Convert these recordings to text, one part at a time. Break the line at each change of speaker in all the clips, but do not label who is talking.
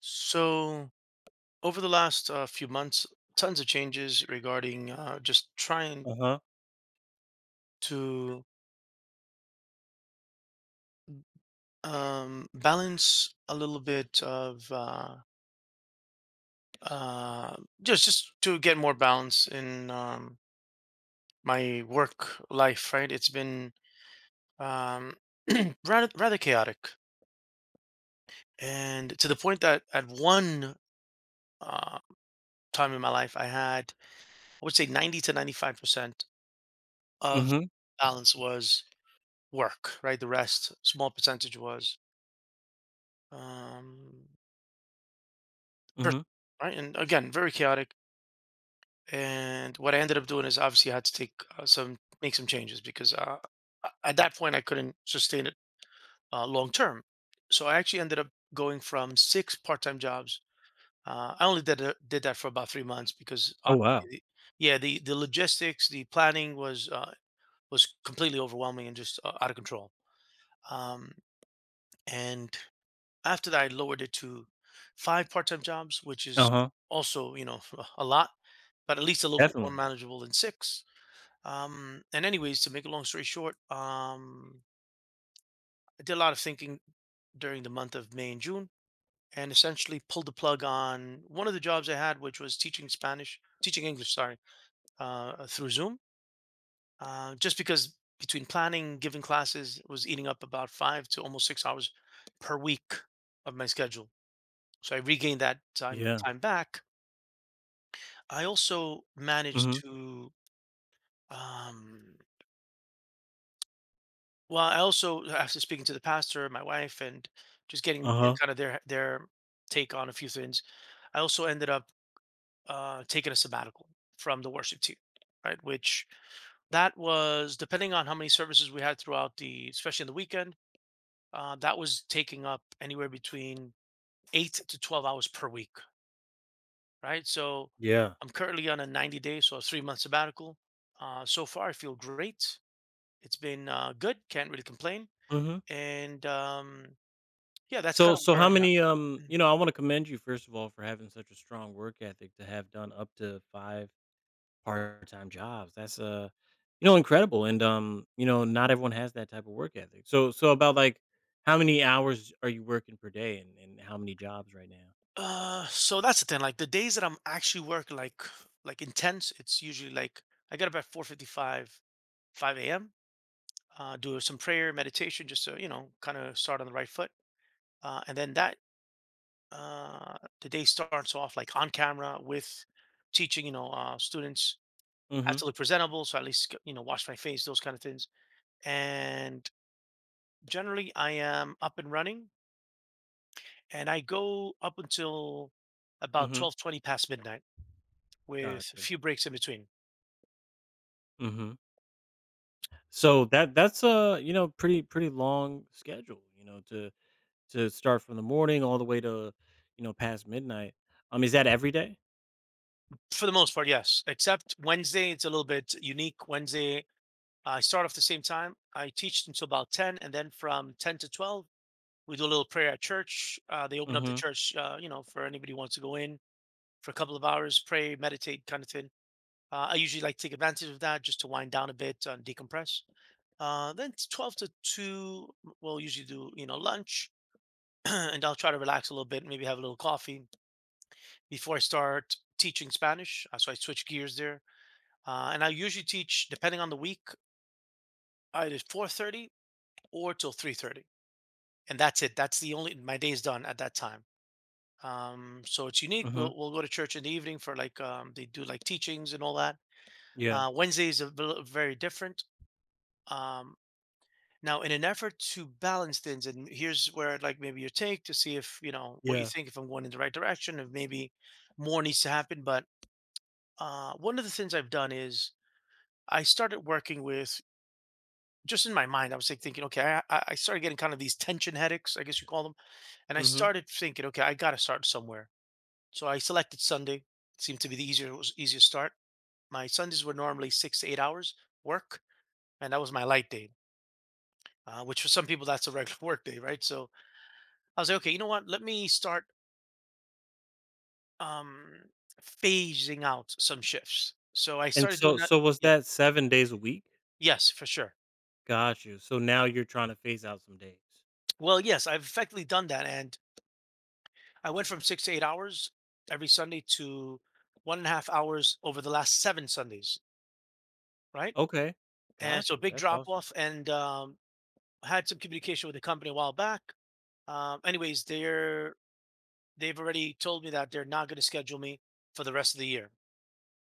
So over the last few months, tons of changes regarding just trying
Uh-huh.
to balance a little bit of uh, just to get more balance in my work life. Right, it's been um, rather chaotic, and to the point that at one uh, time in my life, I would say 90 to 95% of
Mhm,
balance was work, right? The rest, small percentage was um, pers-
mhm.
right. And again, very chaotic. And what I ended up doing is obviously I had to take make some changes because at that point I couldn't sustain it long term. So I actually ended up going from six part-time jobs. I only did that for about 3 months because,
Oh,
honestly,
wow.
the- yeah, the logistics, the planning was completely overwhelming and just out of control. Um, and after that, I lowered it to 5 part-time jobs, which is
Uh-huh.
also, a lot, but at least a little more
Definitely.
manageable than 6. And anyways, to make a long story short, I did a lot of thinking during the month of May and June and essentially pulled the plug on one of the jobs I had, which was teaching Spanish, teaching English, sorry, through Zoom, just because between planning, giving classes, it was eating up about 5 to almost 6 hours per week of my schedule. So I regained that time
Yeah.
time back. I also managed
Mhm.
to, um, well, I also after speaking to the pastor, my wife, and just getting
Uh-huh.
kind of their take on a few things, I also ended up taking a sabbatical from the worship team, right? Which that was depending on how many services we had throughout the, especially in the weekend, that was taking up anywhere between 8 to 12 hours per week, right? So
Yeah.
I'm currently on a 90 day, so a 3 month sabbatical. So far, I feel great. It's been good. Can't really complain.
Mhm.
And yeah, that's kind
So
of
so
where
how
I'm at.
many,
Mm.
you know, I wanna commend you, first of all, for having such a strong work ethic to have done up to 5 part-time jobs. That's, incredible, and, not everyone has that type of work ethic. So, about, like, how many hours are you working per day and how many jobs right now?
So that's the thing. Like the days that I'm actually working, like intense, it's usually like I get up at 4:55, 5 a.m. Do some prayer, meditation, just to kind of start on the right foot. And then that the day starts off like on camera with teaching. Students have
Mhm,
to look presentable, so at least wash my face, those kind of things. And generally, I am up and running, and I go up until about
mhm.
12:20 past midnight with a
Gotcha.
few breaks in between.
Mhm.
So
So that's a pretty long schedule, to start from the morning all the way to, past midnight. Is that every day?
for the most part, yes. Except Wednesday, it's a little bit unique. Wednesday, I start off the same time. I teach until about 10, and then from 10 to 12, we do a little prayer at church. They open up the
Mhm.
church, for anybody who wants to go in for a couple of hours, pray, meditate, kind of thing. I usually like to take advantage of that just to wind down a bit and decompress. Then it's 12 to 2, we'll usually do lunch, and I'll try to relax a little bit, maybe have a little coffee before I start teaching Spanish. So I switch gears there and I usually teach, depending on the week, either 4:30 or till 3:30, and that's it. That's the only my day is done at that time. So it's unique.
Mhm.
We'll go to church in the evening for like they do like teachings and all that.
Yeah.
Wednesdays are very different. Um, Now, in an effort to balance things, and here's where I'd like maybe your take to see if you know what you
Yeah.
think if I'm going in the right direction, if maybe more needs to happen. But one of the things I've done is I started working with, just in my mind, I was like thinking, okay, I started getting kind of these tension headaches, I guess you call them. And I
Mhm.
started thinking, okay, I got to start somewhere. So I selected Sunday. Seemed to be the easier was easiest start. My Sundays were normally 6 to 8 hours work, and that was my light day, which for some people that's a regular work day, right? So I was like, okay, you know what? Let me start um, phasing out some shifts. So I
And
started doing
so
that.
so was
Yeah.
that 7 days a week?
Yes, for sure.
Got you. So now you're trying to phase out some days.
Well, yes, I've effectively done that, and I went from 6 to 8 hours every Sunday to 1.5 hours over the last seven Sundays, right?
Okay.
And
Got
so
you.
big
That's
drop
awesome.
off and had some communication with the company a while back. Anyways, they've already told me that they're not going to schedule me for the rest of the year.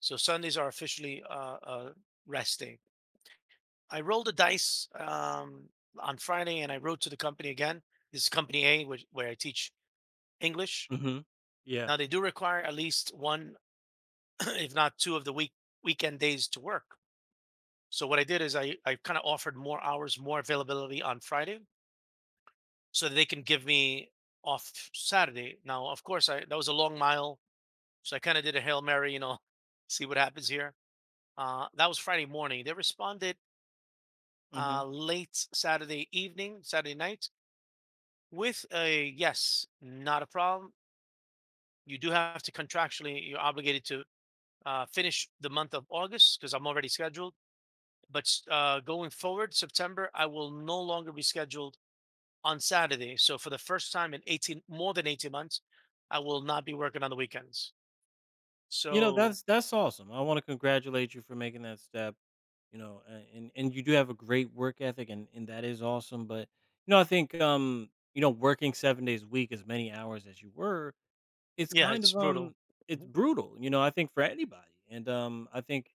So Sundays are officially rest day. I rolled the dice on Friday and I wrote to the company again. This is Company A, where I teach English.
Mhm. Yeah.
Now they do require at least one if not two of the weekend days to work. So what I did is I kind of offered more hours, more availability on Friday, so that they can give me off Saturday. Now, of course, I that was a long mile, so I kind of did a hail mary, see what happens here. That was Friday morning. They responded
Mhm.
late Saturday evening, Saturday night, with a yes, not a problem. You do have to contractually, you're obligated to finish the month of August because I'm already scheduled. But going forward, September, I will no longer be scheduled on Saturday. So for the first time in 18, more than 18 months, I will not be working on the weekends. So
That's awesome. I wanna congratulate you for making that step, a and you do have a great work ethic, and that is awesome, but, I think, working 7 days a week, as many hours as you were, it's
yeah,
kind
it's
of, um
brutal.
it's
Mhm.
brutal, I think for anybody, and, I think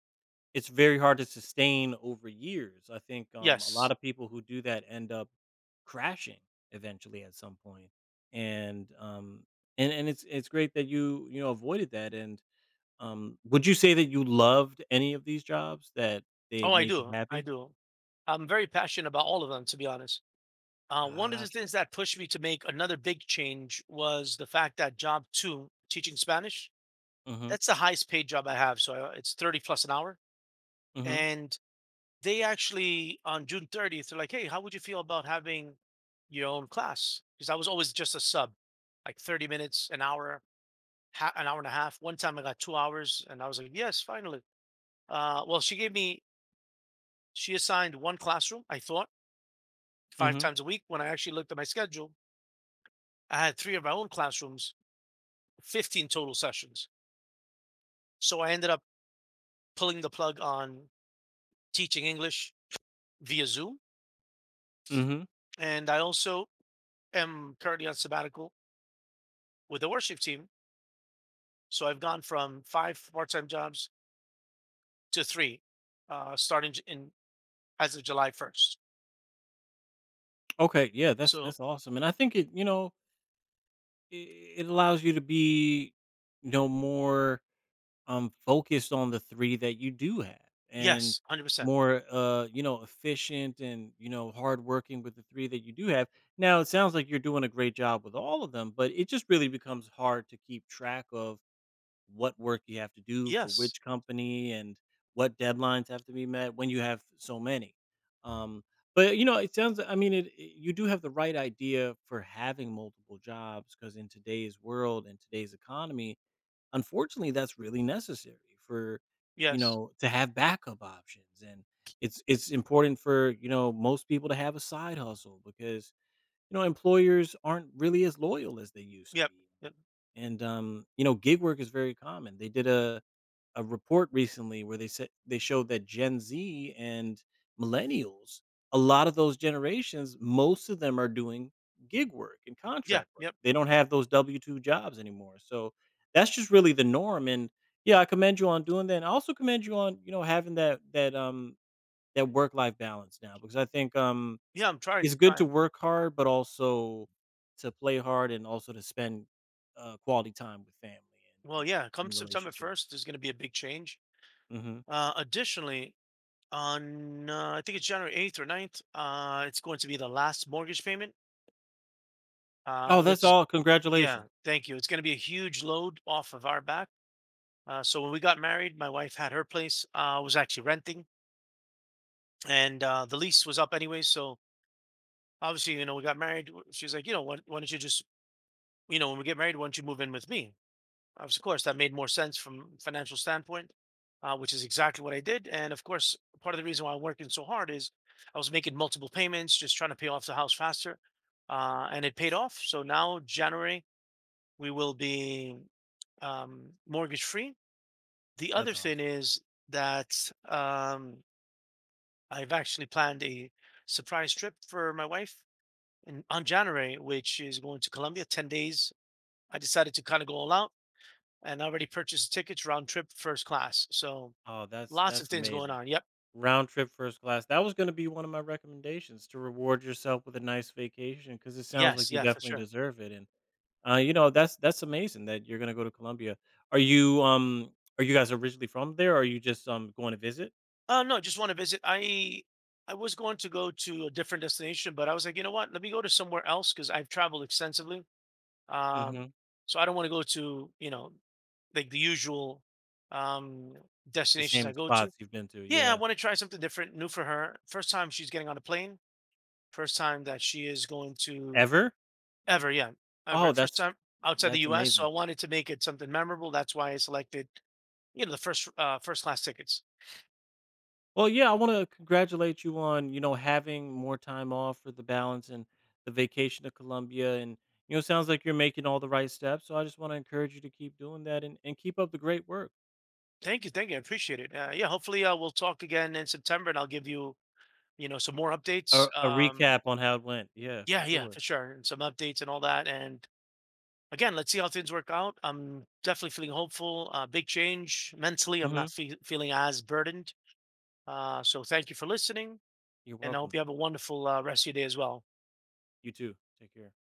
it's very hard to sustain over years. I think, a lot
Yes.
of people who do that end up crashing eventually at some point, and, um and it's great that you, avoided that. And would you say that you loved any of these jobs, that they
Oh, I
made you
do. I
happy?
do. I'm very passionate about all of them, to be honest. One of the
Gotcha.
things that pushed me to make another big change was the fact that job two, teaching Spanish,
Mhm,
that's the highest paid job I have. So it's 30 plus an hour.
mhm,
And they actually on June 30th, they're like, "Hey, how would you feel about having your own class?" Because I was always just a sub, like 30 minutes, an hour, an hour and a half. One time I got 2 hours, and I was like, "Yes, finally." Well, she gave me she assigned one classroom. I thought five
mhm,
times a week. When I actually looked at my schedule, I had three of my own classrooms, 15 total sessions. So I ended up pulling the plug on teaching English via Zoom,
mhm.
and I also am currently on sabbatical with the worship team. So I've gone from five part-time jobs to three, starting j- in as of July 1st.
Okay, yeah, that's
So
that's awesome, and I think i it allows you to be, more, focused on the 3 that you do have, and
yes, 100%.
more, efficient and, hardworking with the 3 that you do have. Now, it sounds like you're doing a great job with all of them, but it just really becomes hard to keep track of what work you have to do for
Yes.
which company and what deadlines have to be met when you have so many. Um, but it sounds. I mean, you do have the right idea for having multiple jobs because in today's world and today's economy, unfortunately, that's really necessary for
Yes.
to have backup options and it's important for most people to have a side hustle because employers aren't really as loyal as they used to
Yep.
be.
Yep.
And gig work is very common. They did a report recently where they said they showed that Gen Z and millennials, a lot of those generations, most of them are doing gig work and
Yeah.
contract work.
Yep.
They don't have those W-2 jobs anymore. So that's just really the norm and yeah, I commend you on doing that. And I also commend you on, having that work life balance now because I think
Yeah. I'm trying.
it's
I'm
good to
trying.
work hard, but also to play hard and also to spend, quality time with family
Well,
and
yeah. Come
and
September
relationships.
1st, there's going to be a big change.
Mhm.
Additionally, on I think it's January 8th or 9th, it's going to be the last mortgage payment,
Oh, that's
which is,
all,
yeah,
congratulations.
thank you. It's going to be a huge load off of our back. So when we got married, my wife had her place. I was actually renting. And the lease was up anyway. So obviously, we got married. She's like, why don't you just, when we get married, why don't you move in with me? I was, of course, that made more sense from financial standpoint, which is exactly what I did. And of course, part of the reason why I'm working so hard is I was making multiple payments, just trying to pay off the house faster, and it paid off. So now January we will be mortgage free. The other
That's
thing
awesome.
is that I've actually planned a surprise trip for my wife on January, which is going to Colombia, 10 days. I decided to kind of go all out and I already purchased tickets round trip first class. So
Oh, that's
lots of
that's
things going
amazing.
on. Yep.
Round trip first class. That was gonna be one of my recommendations to reward yourself with a nice vacation because it sounds
Yes.
like you
Yeah, for
definitely
sure.
deserve it, and, that's amazing that you're gonna go to Colombia. Are you guys originally from there, or are you just, going to visit?
No, just want to visit. I was going to go to a different destination, but I was like, you know what? Let me go to somewhere else because I've traveled extensively. Um,
Mhm.
so I don't want to go to, like the usual um
The
destinations
same
I go to.
spots you've been to,
Yeah, I
yeah.
want to try something different, new for her. First time she's getting on a plane. First time that she is going to
Ever?
ever, yeah, ever.
Oh,
First
that's
time outside the
that's
US, so I
amazing.
wanted to make it something memorable. That's why I selected the first class tickets.
Well, yeah, I wanna congratulate you on, having more time off for the balance and the vacation to Colombia, and, sounds like you're making all the right steps, so I just wanna encourage you to keep doing that and keep up the great work.
Thank you, I appreciate it. Yeah, hopefully we'll talk again in September, and I'll give you some more updates.
A recap on how it went. Yeah, for
Yeah, yeah,
sure.
for sure, and some updates and all that. And again, let's see how things work out. I'm definitely feeling hopeful. Big change mentally. I'm
Mhm.
not feeling as burdened. So thank you for listening,
You're
and I hope
welcome.
you have a wonderful rest of your day as well.
You too. Take care.